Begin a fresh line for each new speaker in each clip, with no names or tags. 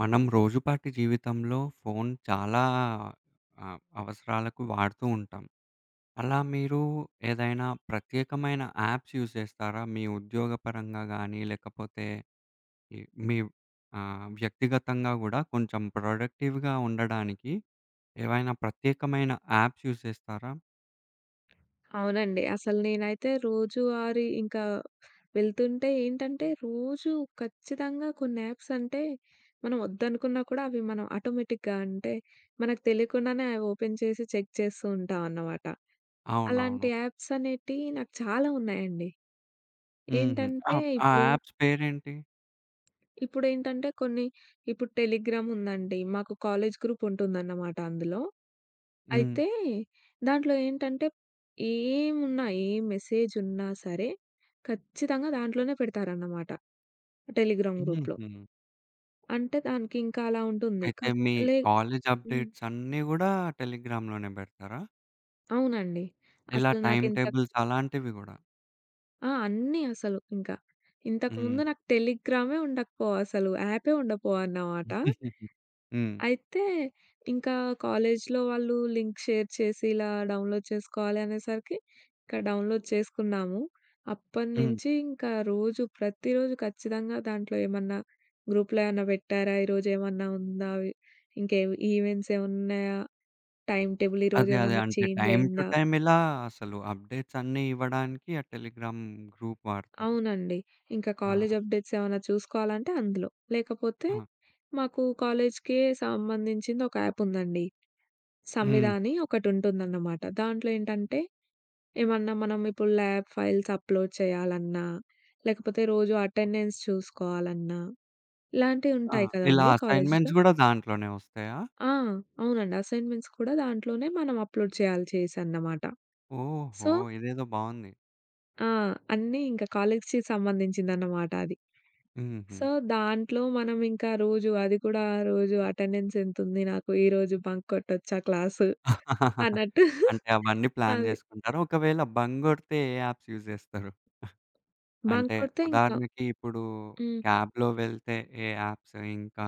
మనం రోజుపాటి జీవితంలో ఫోన్ చాలా అవసరాలకు వాడుతూ ఉంటాం. అలా మీరు ఏదైనా ప్రత్యేకమైన యాప్స్ యూజ్ చేస్తారా? మీ ఉద్యోగపరంగా గానీ, లేకపోతే ఈ మీ వ్యక్తిగతంగా గూడా కొంచెం ప్రొడక్టివ్‌గా ఉండడానికి ఏవైనా ప్రత్యేకమైన యాప్స్ యూజ్ చేస్తారా?
అవునండి. అసలు నేనైతే రోజువారీ ఇంకా వెళ్తుంటే ఏంటంటే, రోజు ఖచ్చితంగా కొన్ని యాప్స్ అంటే, మనం వద్దనుకున్నా కూడా అవి మనం ఆటోమేటిక్‌గా అంటే, మనకు తెలియకుండానే అవి ఓపెన్ చేసి చెక్ చేస్తూ ఉంటామన్నమాట.
అవునవును.
అలాంటి యాప్స్ అనేటియి నాకు చాలా ఉన్నాయండి.
హుహు. ఆ
ఏంటంటే
ఆ
ఇప్పుడు
యాప్స్ పేరేంటి?
ఇప్పుడేంటంటే కొన్ని ఇప్పుడు టెలిగ్రామ్ ఉందండి. మాకు కాలేజ్ గ్రూప్ ఉంటుందన్నమాట అందులో.
హ్మ్.
అయితే దాంట్లో ఏంటంటే ఏమున్నా, ఏ మెసేజ్ ఉన్నా సరే ఖచ్చితంగా దాంట్లోనే పెడతారన్నమాట. టెలిగ్రామ్ గ్రూప్‌లో.
హుహు.
అంటే దానికి ఇంకా అలా ఉంటుంది.
అయితే
కత్
మీ
లే
కాలేజ్
హ్మ్.
అప్‌డేట్స్ అన్నీ గూడా టెలిగ్రామ్‌లోనే బెడతారా?
అవునండి.
ఇలా
అసలు
టైమ్
నాకింత
టేబుల్స్ అలాంటివి గూడా.
ఆ! అన్నీ అసలు ఇంకా.
హ్మ్.
ఇంతకుముందు నాకు టెలిగ్రామే ఉండకపోవు అసలు యాపే ఉండకపోవన్నమాట.
హ్మ్.
అయితే ఇంకా కాలేజ్‌లో వాళ్ళు లింక్ షేర్ చేసి ఇలా డౌన్‌లోడ్ చేసుకోవాలి అనేసరికి ఇంకా డౌన్‌లోడ్ చేసుకున్నాము.
హ్మ్.
అప్పటినుంచి ఇంకా రోజు ప్రతిరోజు ఖచ్చితంగా దాంట్లో ఏమన్నా గ్రూప్‌లో ఏమన్నా పెట్టారా? ఈరోజు ఏమన్నా ఉందా? ఇంకే ఈవెంట్స్ ఏమున్నాయా? టైమ్ టేబుల్ ఈరోజు
అదే. అదే.
ఏమన్నా
అంటే
చేంజ్
టైమ్ టు
అయిందా?
టైమ్ ఇలా అసలు అప్‌డేట్స్ అన్నీ ఇవ్వడానికి ఆ టెలిగ్రామ్ గ్రూప్ వాడతారు.
అవునండి. ఇంకా
ఆ!
కాలేజ్ అప్డేట్స్ ఏమన్నా చూసుకోవాలంటే అందులో. లేకపోతే
ఆ!
మాకు కాలేజ్‌కే సంబంధించింది ఒక యాప్ ఉందండి. సంవిధ
హ్మ్.
అని ఒకటుంటుందన్నమాట. దాంట్లో ఏంటంటే, ఏమన్నా మనం ఇప్పుడు ల్యాబ్ ఫైల్స్ అప్‌లోడ్ చేయాలన్నా, లేకపోతే రోజు అటెండెన్స్ చూసుకోవాలన్నా,
ఆ!
ఇలాంటివుంటాయి
ఇలా
కదండీ కాలేజీలో.
అసైన్‌మెంట్స్ గూడా దాంట్లోనే వస్తాయా?
ఆ! అవునండి. అసైన్‌మెంట్స్ కూడా దాంట్లోనే మనం అప్‌లోడ్ చేయాలి చేసన్నమాట.
ఓహో!
సో,
ఇదేదో బావుంది.
ఆ! అన్నీ ఇంకా కాలేజీకి సంబంధించిందన్నమాట అది.
హుహు.
సో, దాంట్లో మనం ఇంకా రోజు అది కూడా రోజు అటెండెన్స్ ఎంతుంది నాకు, ఈరోజు బంక్ కొట్టొచ్చా క్లాసు అన్నట్టు
అంటే అవన్నీ ప్లాన్
అది.
జేసుకుంటారు. ఒకవేళ బంగొడితే ఏ యాప్స్ యూజ్ జేస్తారు?
బంక్
అంటే
కొడితే ఇంకా
ఉదాహరణకి ఇప్పుడు
హ్మ్.
క్యాబ్‌లో వెళ్తే ఏ యాప్స్, ఇంకా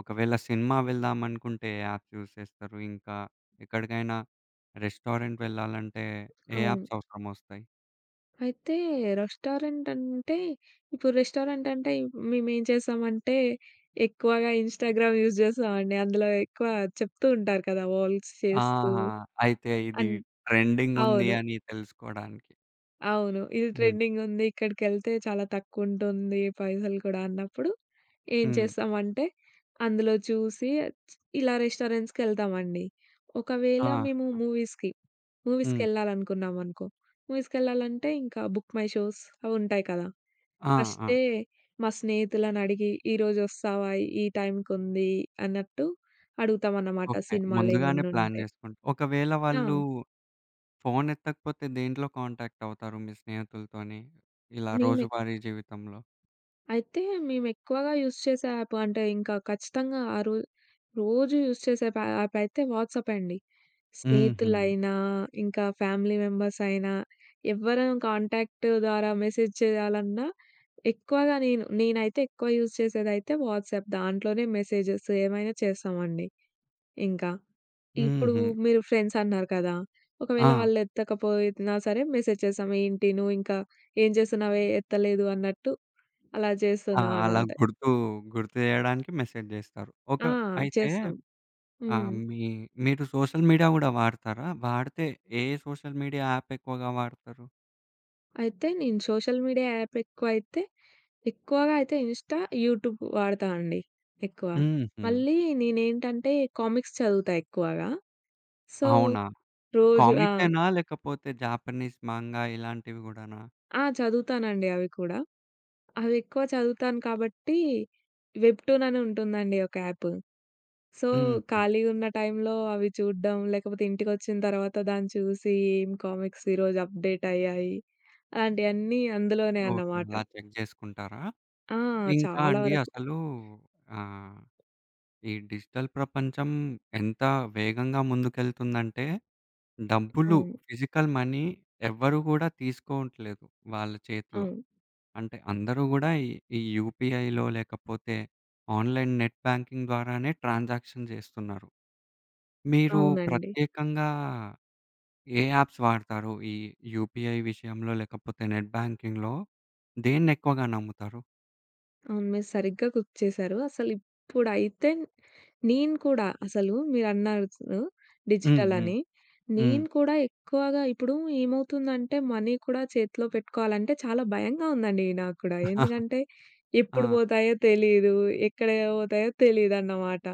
ఒకవేళ సినిమా వెళ్దామనుకుంటే ఏ యాప్స్ యూజ్ చేస్తారు? ఇంకా ఎక్కడికైనా రెస్టారెంట్ వెళ్ళాలంటే ఏ
అవును.
యాప్స్ అవసరమొస్తాయి?
అయితే రెస్టారెంట్ అంటే, ఇప్పుడు రెస్టారెంట్ అంటే మేమేం చేసామంటే, ఎక్కువగా ఇన్‌స్టాగ్రామ్ యూజ్ చేస్తామండి. అందులో ఎక్కువ చెప్తూ ఉంటారు కదా! వోల్స్ చేస్తూ
ఆహా! అయితే ఇది
అన్
ట్రెండింగ్ ఉంది
అవును.
అని తెలుసుకోడానికి.
అవును. ఇది
హ్మ్.
ట్రెండింగ్ ఉంది. ఇక్కడికెళ్తే చాలా తక్కువ ఉంటుంది పైసలు కూడా అన్నప్పుడు ఏం
హ్మ్.
చేస్తామంటే, అందులో చూసి ఇలా రెస్టారెంట్స్‌కెళ్తామండి.
ఆ!
ఒకవేళ మేము మూవీస్‌కి,
హ్మ్.
మూవీస్‌కెళ్ళాలనుకున్నామనుకో, మూవీస్‌కెళ్ళాలంటే ఇంకా బుక్ మై షోస్ అవి ఉంటాయి కదా!
ఆ! ఆ!
ఫస్టే మా స్నేహితులనడిగి, "ఈరోజు వస్తావా? ఈ టైంకుంది" అన్నట్టు అడుగుతామన్నమాట
ఓకే. ముందుగానే ప్లాన్
సినిమాలేమన్నుంటే.
చేసుకుంటా. ఒకవేళ
ఆ!
వాళ్ళు ఫోన్ ఎత్తకపోతే దేంట్లో కాంటాక్ట్ అవుతారు మీ స్నేహితులతోని? ఇలా
మేమె
రోజువారీ జీవితంలో?
అయితే మేమెక్కువగా యూజ్ చేసే యాప్ అంటే ఇంకా ఖచ్చితంగా ఆ రో రోజు యూజ్ చేసే యాప్ అయితే వాట్సాపే అండి.
హుహు.
స్నేహితులైనా, ఇంకా ఫ్యామిలీ మెంబర్స్ అయినా, ఎవ్వరం కాంటాక్ట్ ద్వారా మెసేజ్ చేయాలన్నా ఎక్కువగా నేనైతే ఎక్కువ యూజ్ చేసేదైతే వాట్సాప్. దాంట్లోనే మెసేజెస్ ఏమైనా చేస్తామండి ఇంకా. ఇప్పుడు
హుహు.
మీరు ఫ్రెండ్స్ అన్నారు కదా!
ఆ!
ఒకవేళ వాళ్ళు ఎత్తకపోయినా సరే మెసేజ్ చేసాం. ఏంటి నువ్వు ఇంకా ఏం చేస్తున్నావే ఎత్తలేదు అన్నట్టు అలా
ఆ!
చేస్తున్నావు
అలా
అన్నమాట.
గుర్తు గుర్తు చేయడానికి మెసేజ్ జేస్తారు. ఒక
ఆ!
అయితే
చేస్తాం.
ఆహ్,
హ్మ్.
మీ మీరు సోషల్ మీడియా గూడా వాడతారా? వాడితే ఏ సోషల్ మీడియా యాప్ ఎక్కువగా వాడతారు?
అయితే నేను సోషల్ మీడియా యాప్ ఎక్కువైతే ఎక్కువగా అయితే ఇన్‌స్టా, యూట్యూబ్ వాడతా అండి ఎక్కువ.
హుహు.
మళ్ళీ నేనేంటంటే కామిక్స్ చదువుతా ఎక్కువగా. సో,
అవునా?
రోజు ఆ!
కామిక్సేనా లేకపోతే జాపనీస్ మాంగా ఇలాంటివి గూడానా?
ఆ! చదువుతానండి అవి కూడా. అవెక్కువ చదువుతాను కాబట్టి, వెబ్‌టూన్ అని ఉంటుందండి ఒక యాప్. సో,
హుహు.
ఖాళీగా ఉన్న టైంలో అవి చూడడం, లేకపోతే ఇంటికొచ్చిన తర్వాత దాన్ని చూసి ఏం కామిక్స్ ఈరోజు అప్‌డేట్ అయ్యాయి, అలాంటియన్నీ అందులోనే
ఓకే.
అన్నమాట.
అలా చెక్ జేసుకుంటారా?
ఆ!
ఇంకా
చాలా
అండి
వరకు.
అసలు ఆహ్ ఈ డిజిటల్ ప్రపంచం ఎంత వేగంగా ముందుకెళ్తుందంటే, డబ్బులు
అవును.
ఫిజికల్ మనీ ఎవ్వరు గూడా తీసుకోవట్లేదు వాళ్ళ చేతిలో.
అవును.
అంటే అందరూ గూడా ఈ ఈ యూపీఐలో లేకపోతే ఆన్‌లైన్ నెట్ బ్యాంకింగ్ ద్వారానే ట్రాన్సాక్షన్ చేస్తున్నారు. మీరు
అవునండి.
ప్రత్యేకంగా ఏ యాప్స్ వాడతారు? ఈ యూపీఐ విషయంలో లేకపోతే నెట్ బ్యాంకింగ్‌లో దేన్నెక్కువగా నమ్ముతారు?
అవును. మీరు సరిగ్గా కుక్ చేశారు. అసలిప్పుడైతే నేను కూడా అసలు మీరన్నారు
హ్మ్.
డిజిటల్
హ్మ్.
అని.
హ్మ్.
నేను కూడా ఎక్కువగా ఇప్పుడు ఏమవుతుందంటే మనీ కూడా చేతిలో పెట్టుకోవాలంటే చాలా భయంగా ఉందండి నాకు కూడా. ఎందుకంటే
ఆ!
ఎప్పుడు పోతాయో తెలీదు, ఎక్కడ పోతాయో తెలీదన్నమాట.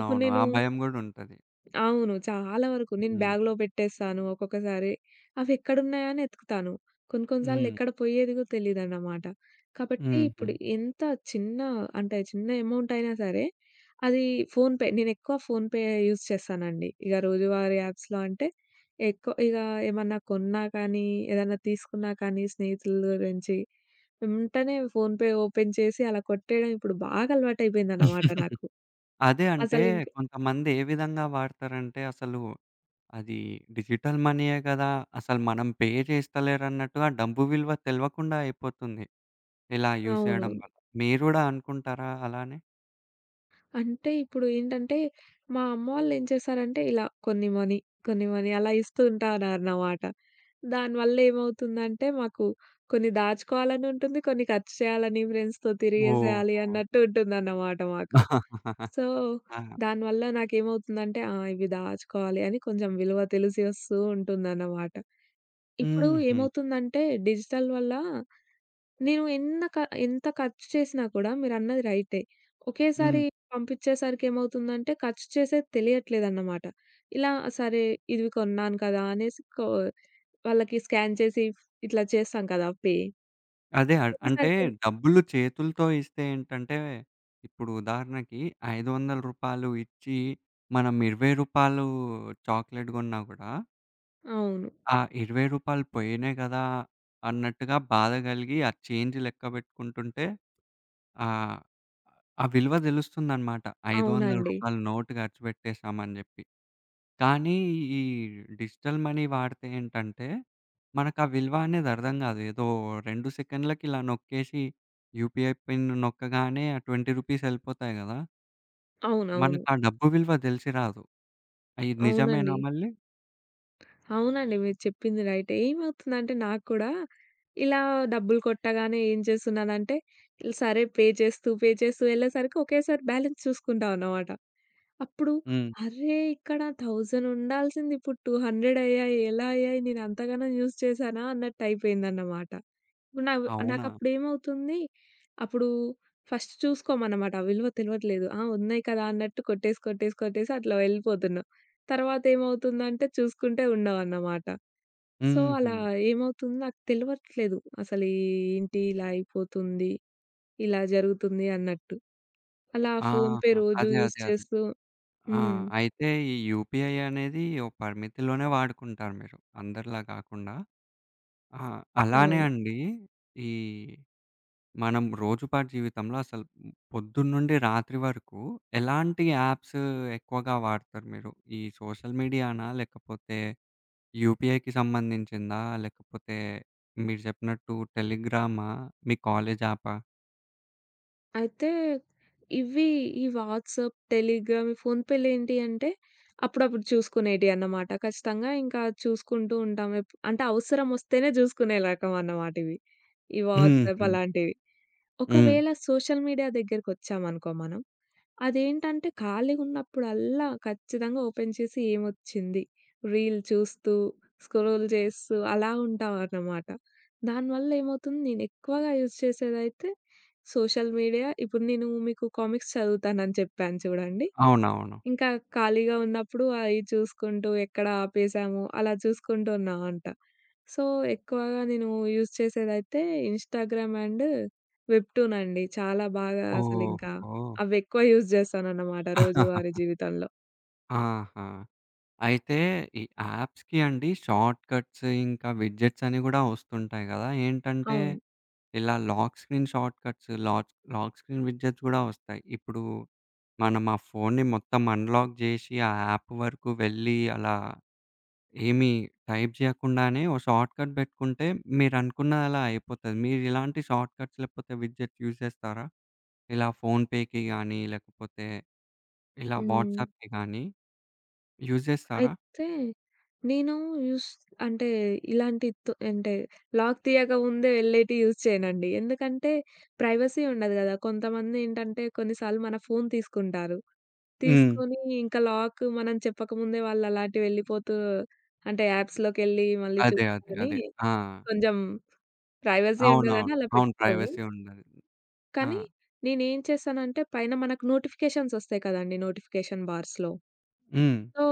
ఇప్పుడు నేను
ఆ భయం గూడా ఉంటది.
అవును. చాలా వరకు నేను
హ్మ్.
బ్యాగ్‌లో పెట్టేస్తాను ఒక్కొక్కసారి. అవెక్కడున్నాయా అని ఎతుకుతాను. కొన్ని కొన్ని సార్లు
హ్మ్.
ఎక్కడ పోయేదిగో తెలీదన్నమాట. కాబట్టి
హుహు.
ఇప్పుడు ఎంత చిన్న అంటే చిన్న అమౌంట్ అయినా సరే అది ఫోన్‌పే నేనెక్కువ ఫోన్‌పే యూజ్ చేస్తానండి. ఇగ రోజువారీ యాప్స్‌లో అంటే ఎక్కువ ఇగ ఏమన్నా కొన్నా కానీ, ఏదన్నా తీసుకున్నా కానీ స్నేహితుల గురించి వెంటనే ఫోన్‌పే ఓపెన్ చేసి అలా కొట్టేయడం ఇప్పుడు బాగా అలవాటయిపోయిందన్నమాట నాకు.
అదే అంటే
అసలింక
కొంతమంది ఏ విధంగా వాడతారంటే అసలు అది డిజిటల్ మనీయే గదా! అసలు మనం పే చేస్తలేరన్నట్టుగా డబ్బు విలువ తెలవకుండా అయిపోతుంది. ఇలా యూజ్
అవును.
చేయడం వల్ల. మీరు గూడా అనుకుంటారా అలానే?
అంటే ఇప్పుడు ఏంటంటే, మా అమ్మ వాళ్ళేం చేశారంటే, ఇలా కొన్ని మనీ, కొన్ని మనీ అలా ఇస్తూ ఉంటారన్నమాట. దానివల్ల ఏమవుతుందంటే, మాకు కొన్ని దాచుకోవాలని ఉంటుంది, కొన్ని ఖర్చు చేయాలని, ఫ్రెండ్స్‌తో తిరిగేసేయాలి
ఓహో!
అన్నట్టు ఉంటుందన్నమాట మాకు. సో,
ఆ!
దానివల్ల నాకేమవుతుందంటే, ఆ! ఇవి దాచుకోవాలి అని కొంచెం విలువ తెలిసి వస్తూ ఉంటుందన్నమాట. ఇప్పుడు
హుహు.
ఏమవుతుందంటే డిజిటల్ వల్ల నేను ఎన్న క ఎంత ఖర్చు చేసినా కూడా మీరన్నది రైటే. ఒకేసారి
హ్మ్.
పంపించేసరికి ఏమవుతుందంటే ఖర్చు చేసేది తెలియట్లేదన్నమాట. ఇలా సరే ఇవి కొన్నాను కదా! అనేసి వాళ్ళకి స్కాన్ చేసి ఇట్లా చేస్తాం కదా! పే.
అదే అ అంటే
చేసేసరికి
డబ్బులు చేతులతో ఇస్తే ఏంటంటే ఇప్పుడు ఉదాహరణకి రూ. 500 ఇచ్చి మనం రూ. 20 చాక్లేట్ గొన్నా గూడా
అవును.
ఆ! రూ. 20 పోయినాయి గదా! అన్నట్టుగా బాధ కలిగి, ఆ చేంజ్ లెక్కబెట్టుకుంటుంటే ఆహ్, ఆ ఆ విలువ తెలుస్తుందనమాట. రూ. 500
అవునండి.
నోట్ ఖర్చు పెట్టేసామని జెప్పి. కానీ ఈ డిజిటల్ మనీ వాడితే ఏంటంటే, మనకు ఆ విలువ అనేది అర్థం గాదు. ఏదో 2 సెకండ్లకి ఇలా నొక్కేసి యూపీఐ పిన్ నొక్కగానే ఆ రూ. 20 ఎళ్ళిపోతాయి గదా!
అవునవును.
మనకు ఆ డబ్బు విలువ తెలిసి రాదు. ఇది నిజమేనా
అవునండి.
మళ్ళీ?
అవునండి. మీరు చెప్పింది రైటే. ఏమవుతుందంటే నాకు కూడా ఇలా డబ్బులు కొట్టగానే ఏం చేస్తున్నానంటే, సరే పే చేస్తూ ఎళ్ళేసరికి ఒకేసారి బ్యాలెన్స్ చూసుకుంటా అన్నమాట. అప్పుడు
హ్మ్.
అరే! ఇక్కడ 1000 ఉండాల్సింది ఇప్పుడు 200 అయ్యాయి. ఎలా అయ్యాయి? నేను అంతగనం యూజ్ చేశానా? అన్నట్టు అయిపోయిందన్నమాట. నావ్
అవునా?
నాకప్పుడు ఏమవుతుంది? అప్పుడు ఫస్ట్ చూసుకోమన్నమాట. ఆ విలువ తెలవట్లేదు. ఆ! ఉన్నాయి కదా! అన్నట్టు కొట్టేసి అట్లా వెళ్ళిపోతున్నాం. తర్వాత ఏమవుతుందంటే చూసుకుంటే ఉండవన్నమాట. సో,
హుహు.
అలా ఏమవుతుందో నాకు తెలవట్లేదు. అసలు ఏంటి ఇలా అయిపోతుంది, ఇలా జరుగుతుంది అన్నట్టు. అలా ఫోన్‌పే
ఆహా!
రోజు
అదే.
యూజ్
అదే. అదే.
చేస్తూ
ఆ!
హ్మ్.
అయితే ఈ యూపీఐ అనేది ఓ పరిమితిలోనే వాడుకుంటారు మీరు. అందరిలా కాకుండా. ఆ! అలానే
అవును.
అండి. ఈ మనం రోజుపాటు జీవితంలో అసలు పొద్దున్నుండి రాత్రి వరకు ఎలాంటి యాప్స్ ఎక్కువగా వాడతారు మీరు? ఈ సోషల్ మీడియానా? లేకపోతే యూపీఐకి సంబంధించిందా? లేకపోతే మీరు చెప్పినట్టు టెలిగ్రామా? మీ కాలేజ్ యాపా?
అయితే ఇవి ఈ వాట్సాప్, టెలిగ్రామ్, ఫోన్‌పేలేంటి అంటే అప్పుడప్పుడు చూసుకునేటియన్నమాట. ఖచ్చితంగా ఇంకా చూసుకుంటూ ఉంటాం. అంటే అవసరం వస్తేనే చూసుకునే రకం అన్నమాట ఇవి. ఈ వాట్సాప్
హుహు.
అలాంటివి.
హ్మ్.
ఒకవేళ సోషల్ మీడియా దగ్గరకొచ్చామనుకో మనం అదేంటంటే ఖాళీగున్నప్పుడల్లా ఖచ్చితంగా ఓపెన్ చేసి ఏమొచ్చింది, రీల్ చూస్తూ, స్క్రోల్ చేస్తూ అలా ఉంటామన్నమాట. దానివల్ల ఏమవుతుంది నేనెక్కువగా యూజ్ చేసేదైతే సోషల్ మీడియా. ఇప్పుడు నేను మీకు కామిక్స్ చదువుతానని చెప్పాను చూడండి.
అవునవును.
ఇంకా ఖాళీగా ఉన్నప్పుడు అయి చూసుకుంటూ ఎక్కడ ఆపేసాము అలా చూసుకుంటూ ఉన్నామంట. సో, ఎక్కువగా నేను యూజ్ చేసేదైతే ఇన్‌స్టాగ్రామ్ అండ్ వెబ్‌టూన్ అండి. చాలా బాగా అసలింకా
ఓహో!
అవెక్కువ యూజ్ చేస్తానన్నమాట రోజువారీ జీవితంలో.
ఆహా! అయితే ఈ యాప్స్‌కి అండి షార్ట్‌కట్స్ ఇంకా విడ్జెట్స్ అని గూడా వస్తుంటాయి గదా! ఏంటంటే
అవును.
ఇలా lock screen shortcuts, lock lock screen widgets గూడా వస్తాయి. ఇప్పుడు మనం ఆ ఫోన్‌ని మొత్తం అన్‌లాక్ జేసి ఆ యాప్ వరకు వెళ్ళి అలా ఏమి టైప్ జేయకుండానే ఓ షార్ట్‌కట్ బెట్టుకుంటే మీరనుకున్నది అలా అయిపోతది. మీరు ఇలాంటి షార్ట్‌కట్స్ లేకపోతే విడ్జెట్స్ యూజ్ జేస్తారా? ఇలా ఫోన్‌పేకి గానీ లేకపోతే ఇలా
హ్మ్.
వాట్సాప్‌కి గానీ యూజ్ జేస్తారా?
అయితే నేను యూస్ అంటే ఇలాంటి అంటే లాక్ తీయక ముందే వెళ్ళేటివి యూజ్ చేయనండి. ఎందుకంటే ప్రైవసీ ఉండదు కదా! కొంతమందేంటంటే కొన్నిసార్లు మన ఫోను తీసుకుంటారు.
హ్మ్.
తీసుకొని ఇంకా లాక్ మనం చెప్పకముందే వాళ్ళలాంటివి వెళ్ళిపోతూ అంటే యాప్స్‌లోకెళ్ళి మళ్ళీ
అదే. అదే.
చూసుకొని
అదే. ఆ!
కొంచెం ప్రైవసీ ఉండదని
అవునవును.
అలా
అవును.
పెట్టుకోము.
ప్రైవసీ ఉండదు. ఆ!
కానీ నేనేం చేశానంటే పైన మనకు నోటిఫికేషన్స్ ఒస్తాయి కదండీ నోటిఫికేషన్ బార్స్‌లో.
హ్మ్.
సో,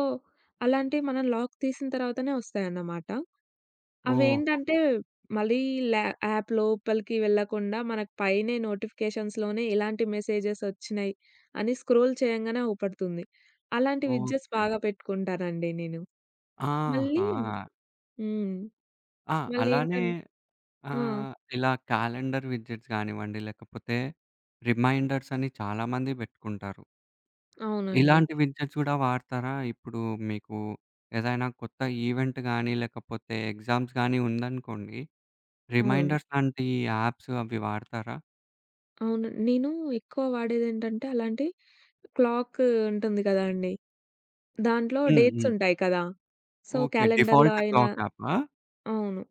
అలాంటివి మనం లాక్ తీసిన తర్వాతనే ఒస్తాయన్నమాట.
ఓహో!
అవేంటంటే మళ్ళీ ల్యా యాప్ లోపలికి వెళ్ళకుండా మనకు పైనే నోటిఫికేషన్స్‌లోనే ఇలాంటి మెసేజెస్ ఒచ్చినాయి అని స్క్రోల్ చేయంగానే అవుపడుతుంది. అలాంటి విడ్జెట్స్
ఓకే.
బాగా పెట్టుకుంటానండి నేను. మళ్ళీ
ఆహా!
హ్మ్.
ఆ! అలానే
మళ్ళేంటం ఆ!
ఇలా క్యాలెండర్ విడ్జెట్స్ గానివ్వండి, లేకపోతే రిమైండర్స్ అని చాలామంది బెట్టుకుంటారు.
అవునండి.
ఇలాంటి విడ్జెట్స్ గూడా వాడతారా? ఇప్పుడు మీకు ఏదైనా కొత్త ఈవెంట్ గాని, లేకపోతే ఎగ్జామ్స్ గాని ఉందనుకోండి,
అవును.
రిమైండర్స్ లాంటి యాప్స్ అవి వాడతారా?
అవును. నేను ఎక్కువ వాడేదేంటంటే అలాంటి క్లాక్ ఉంటుంది కదా అండి. దాంట్లో
హ్మ్.
డేట్స్
హ్మ్.
ఉంటాయి కదా! So,
okay.
క్యాలెండర్‌లో
డిఫాల్ట్
అయినా
క్లాక్ యాపా?
అవును.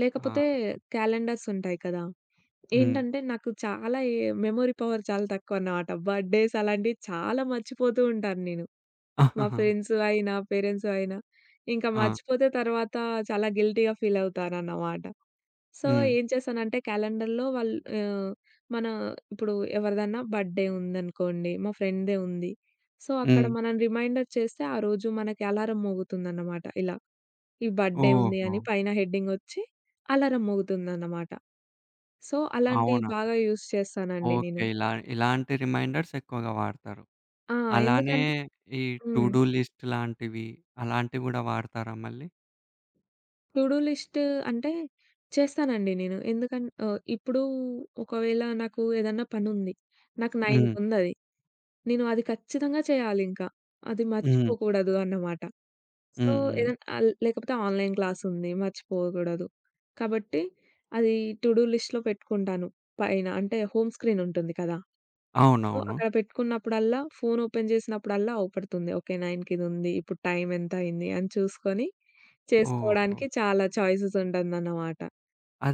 లేకపోతే
ఆ!
క్యాలెండర్స్ ఉంటాయి కదా!
హ్మ్.
ఏంటంటే నాకు చాలా మెమరీ పవర్ చాలా తక్కువన్నమాట. బర్త్‌డేస్ అలాంటివి చాలా మర్చిపోతూ ఉంటాను నేను. మా
ఆహాహా!
ఫ్రెండ్స్ అయినా, పేరెంట్స్ అయినా. ఇంకా
ఆ!
మర్చిపోతే తర్వాత చాలా గిల్టీ‌గా ఫీల్ అవుతానన్నమాట. సో,
హ్మ్.
ఏం చేశానంటే క్యాలెండర్‌లో వాళ్ళు ఆహ్, మన ఇప్పుడు ఎవరిదన్నా బర్త్‌డే ఉందనుకోండి. మా ఫ్రెండ్‌దే ఉంది. సో, అక్కడ
హ్మ్.
మనం రిమైండర్ చేస్తే ఆ రోజు మనకి అలారం మోగుతుందన్నమాట ఇలా. ఈ బర్త్‌డే ఉంది
ఓహో!
అని పైన హెడ్డింగొచ్చి అలారం మోగుతుందన్నమాట. సో, అలాంటివి
అవునా?
బాగా యూజ్ చేస్తానండి
ఓకే.
నేను.
ఇలా ఇలాంటి రిమైండర్స్ ఎక్కువగా వాడతారు.
ఆ!
అలానే
ఎందుకంటే
ఈ టు
హ్మ్.
డూ లిస్ట్ లాంటివి, అలాంటివి గూడా వాడతారా మళ్ళీ?
టు డూ లిస్ట్ అంటే చేస్తానండి నేను. ఇప్పుడు ఒకవేళ నాకు ఏదన్నా పనుంది. నాకు
హ్మ్.
9:00కుందది. నేను అది ఖచ్చితంగా చేయాలింక. అది
హ్మ్.
మర్చిపోకూడదు అన్నమాట. సో,
హ్మ్. హ్మ్.
లేకపోతే ఆన్‌లైన్ క్లాసుంది మర్చిపోకూడదు. కాబట్టి అది టు డూ లిస్ట్‌లో పెట్టుకుంటాను. పైన అంటే హోమ్ స్క్రీన్ ఉంటుంది కదా! సో,
అవునవును.
అక్కడ పెట్టుకున్నప్పుడల్లా ఫోన్ ఓపెన్ చేసినప్పుడల్లా అవుపడుతుంది. ఓకే. 9కి ఇదుంది. ఇప్పుడు టైం ఎంత అయింది అని చూసుకొని
ఓహో!
చేసుకోవడానికి చాలా చాయిసెస్ ఉంటుందన్నమాట.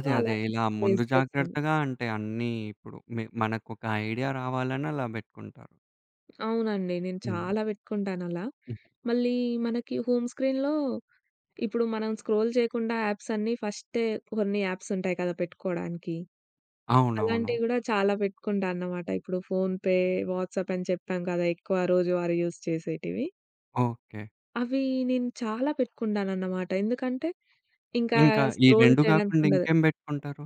సో,
అదే.
అలాంటి
ఇలా ముందు
యూజ్ చేశాను.
జాగ్రత్తగా అంటే అన్నీ ఇప్పుడు మనకొక ఐడియా రావాలని అలా బెట్టుకుంటారు.
అవునండి. నేను
హ్మ్.
చాలా పెట్టుకుంటానలా.
హ్మ్.
మళ్ళీ మనకి హోమ్ స్క్రీన్‌లో ఇప్పుడు మనం స్క్రోల్ చేయకుండా యాప్స్ అన్నీ ఫస్టే కొన్ని యాప్స్ ఉంటాయి కదా పెట్టుకోవడానికి.
అవునవును.
అలాంటివి గూడా చాలా పెట్టుకుంటా అన్నమాట. ఇప్పుడు ఫోన్‌పే, వాట్సాప్ అని చెప్పాం కదా! ఎక్కువ రోజువారీ యూజ్ చేసేటివి.
ఓకే.
అవి నేను చాలా పెట్టుకుంటానన్నమాట. ఎందుకంటే ఇంకా
ఇంకా ఈ
స్క్రోల్
2
చేయడానికి
గాకుండా
ఉండదు.
ఇంకేం బెట్టుకుంటారు?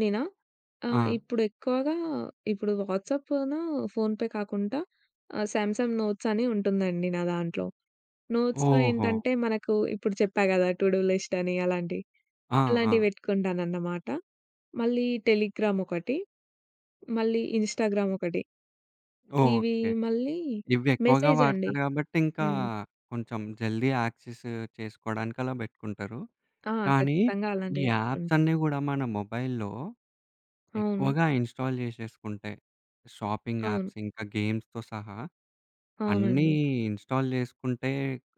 నేనా? ఆ!
ఆ!
ఇప్పుడు ఎక్కువగా ఇప్పుడు వాట్సాప్‌ను ఫోన్‌పే కాకుండా ఆహ్, సామ్‌సంగ్ నోట్స్ అని ఉంటుందండి నా దాంట్లో. నోట్స్‌లో
ఓహో!
ఏంటంటే మనకు ఇప్పుడు చెప్పా గదా! టు డూ లిస్ట్ అని అలాంటివి.
ఆ! ఆ!
అలాంటివి పెట్టుకుంటానన్నమాట. మళ్ళీ టెలిగ్రామ్ ఒకటి, మళ్ళీ ఇన్‌స్టాగ్రామ్ ఒకటి. ఇవి
ఓకే.
మళ్ళీ
ఇవి ఎక్కువగా
మెసేజ్ అండి.
వాడతారు గాబట్టి, ఇంకా
హ్మ్.
కొంచెం జల్దీ యాక్సెస్ చేసుకోవడానికి అలా బెట్టుకుంటారు.
ఆ!
కానీ,
ఖచ్చితంగా
ఈ
అలాంటివి
యాప్స్
పెట్టుకుంటా.
అన్నీ గూడా మన మొబైల్‌లో
అవును.
ఎక్కువగా ఇన్‌స్టాల్ జేసేసుకుంటే, షాపింగ్
అవును.
యాప్స్ ఇంకా గేమ్స్‌తో సహా అన్నీ
అవునండి.
ఇన్‌స్టాల్ జేసుకుంటే,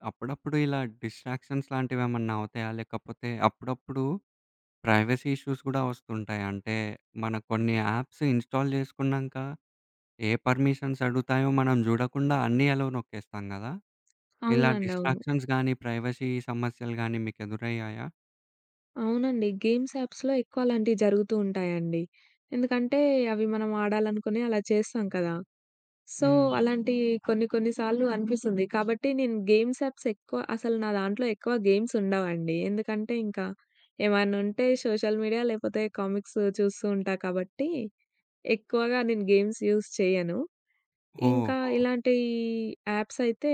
అప్పుడప్పుడు ఇలా డిస్ట్రాక్షన్స్ లాంటివేమన్నా అవుతాయా? లేకపోతే అప్పుడప్పుడు ప్రైవసీ ఇష్యూస్ గూడా వస్తుంటాయి. అంటే, మన కొన్ని యాప్స్ ఇన్‌స్టాల్ జేసుకున్నాంక ఏ పర్మిషన్స్ అడుగుతాయో మనం జూడకుండా అన్నీ అలో నొక్కేస్తాం గదా! ఇలా
అవునండి. అవును.
డిస్ట్రాక్షన్స్ గానీ, ప్రైవసీ సమస్యలు గానీ మీకెదురయ్యాయా?
అవునండి. గేమ్స్ యాప్స్‌లో ఎక్కువ అలాంటివి జరుగుతూ ఉంటాయండి. ఎందుకంటే అవి మనం ఆడాలనుకుని అలా చేస్తాం కదా! సో,
హ్మ్.
అవును. అలాంటి కొన్ని కొన్ని సార్లు అనిపిస్తుంది. కాబట్టి నేను గేమ్స్ యాప్స్ ఎక్కువ అసలు నా దాంట్లో ఎక్కువ గేమ్స్ ఉండవండి. ఎందుకంటే ఇంకా ఏమైనా ఉంటే సోషల్ మీడియా లేకపోతే కామిక్స్ చూస్తూ ఉంటా కాబట్టి ఎక్కువగా నేను గేమ్స్ యూజ్ చేయను. ఇంకా
ఓహో!
ఇలాంటి యాప్స్ అయితే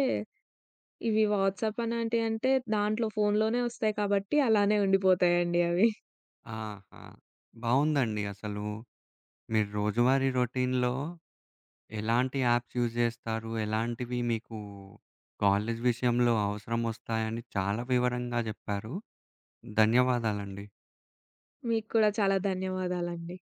ఇవి వాట్సాప్ అలాంటివి అంటే దాంట్లో ఫోన్‌లోనే వస్తాయి కాబట్టి అలానే ఉండిపోతాయండి అవి.
ఆహా! బావుందండి. అసలు మీరు రోజువారీ రొటీన్‌లో ఎలాంటి యాప్స్ యూజ్ జేస్తారు? ఎలాంటివి మీకు కాలేజ్ విషయంలో అవసరమొస్తాయని చాలా వివరంగా జెప్పారు. ధన్యవాదాలండి.
మీకు కూడా చాలా ధన్యవాదాలండి.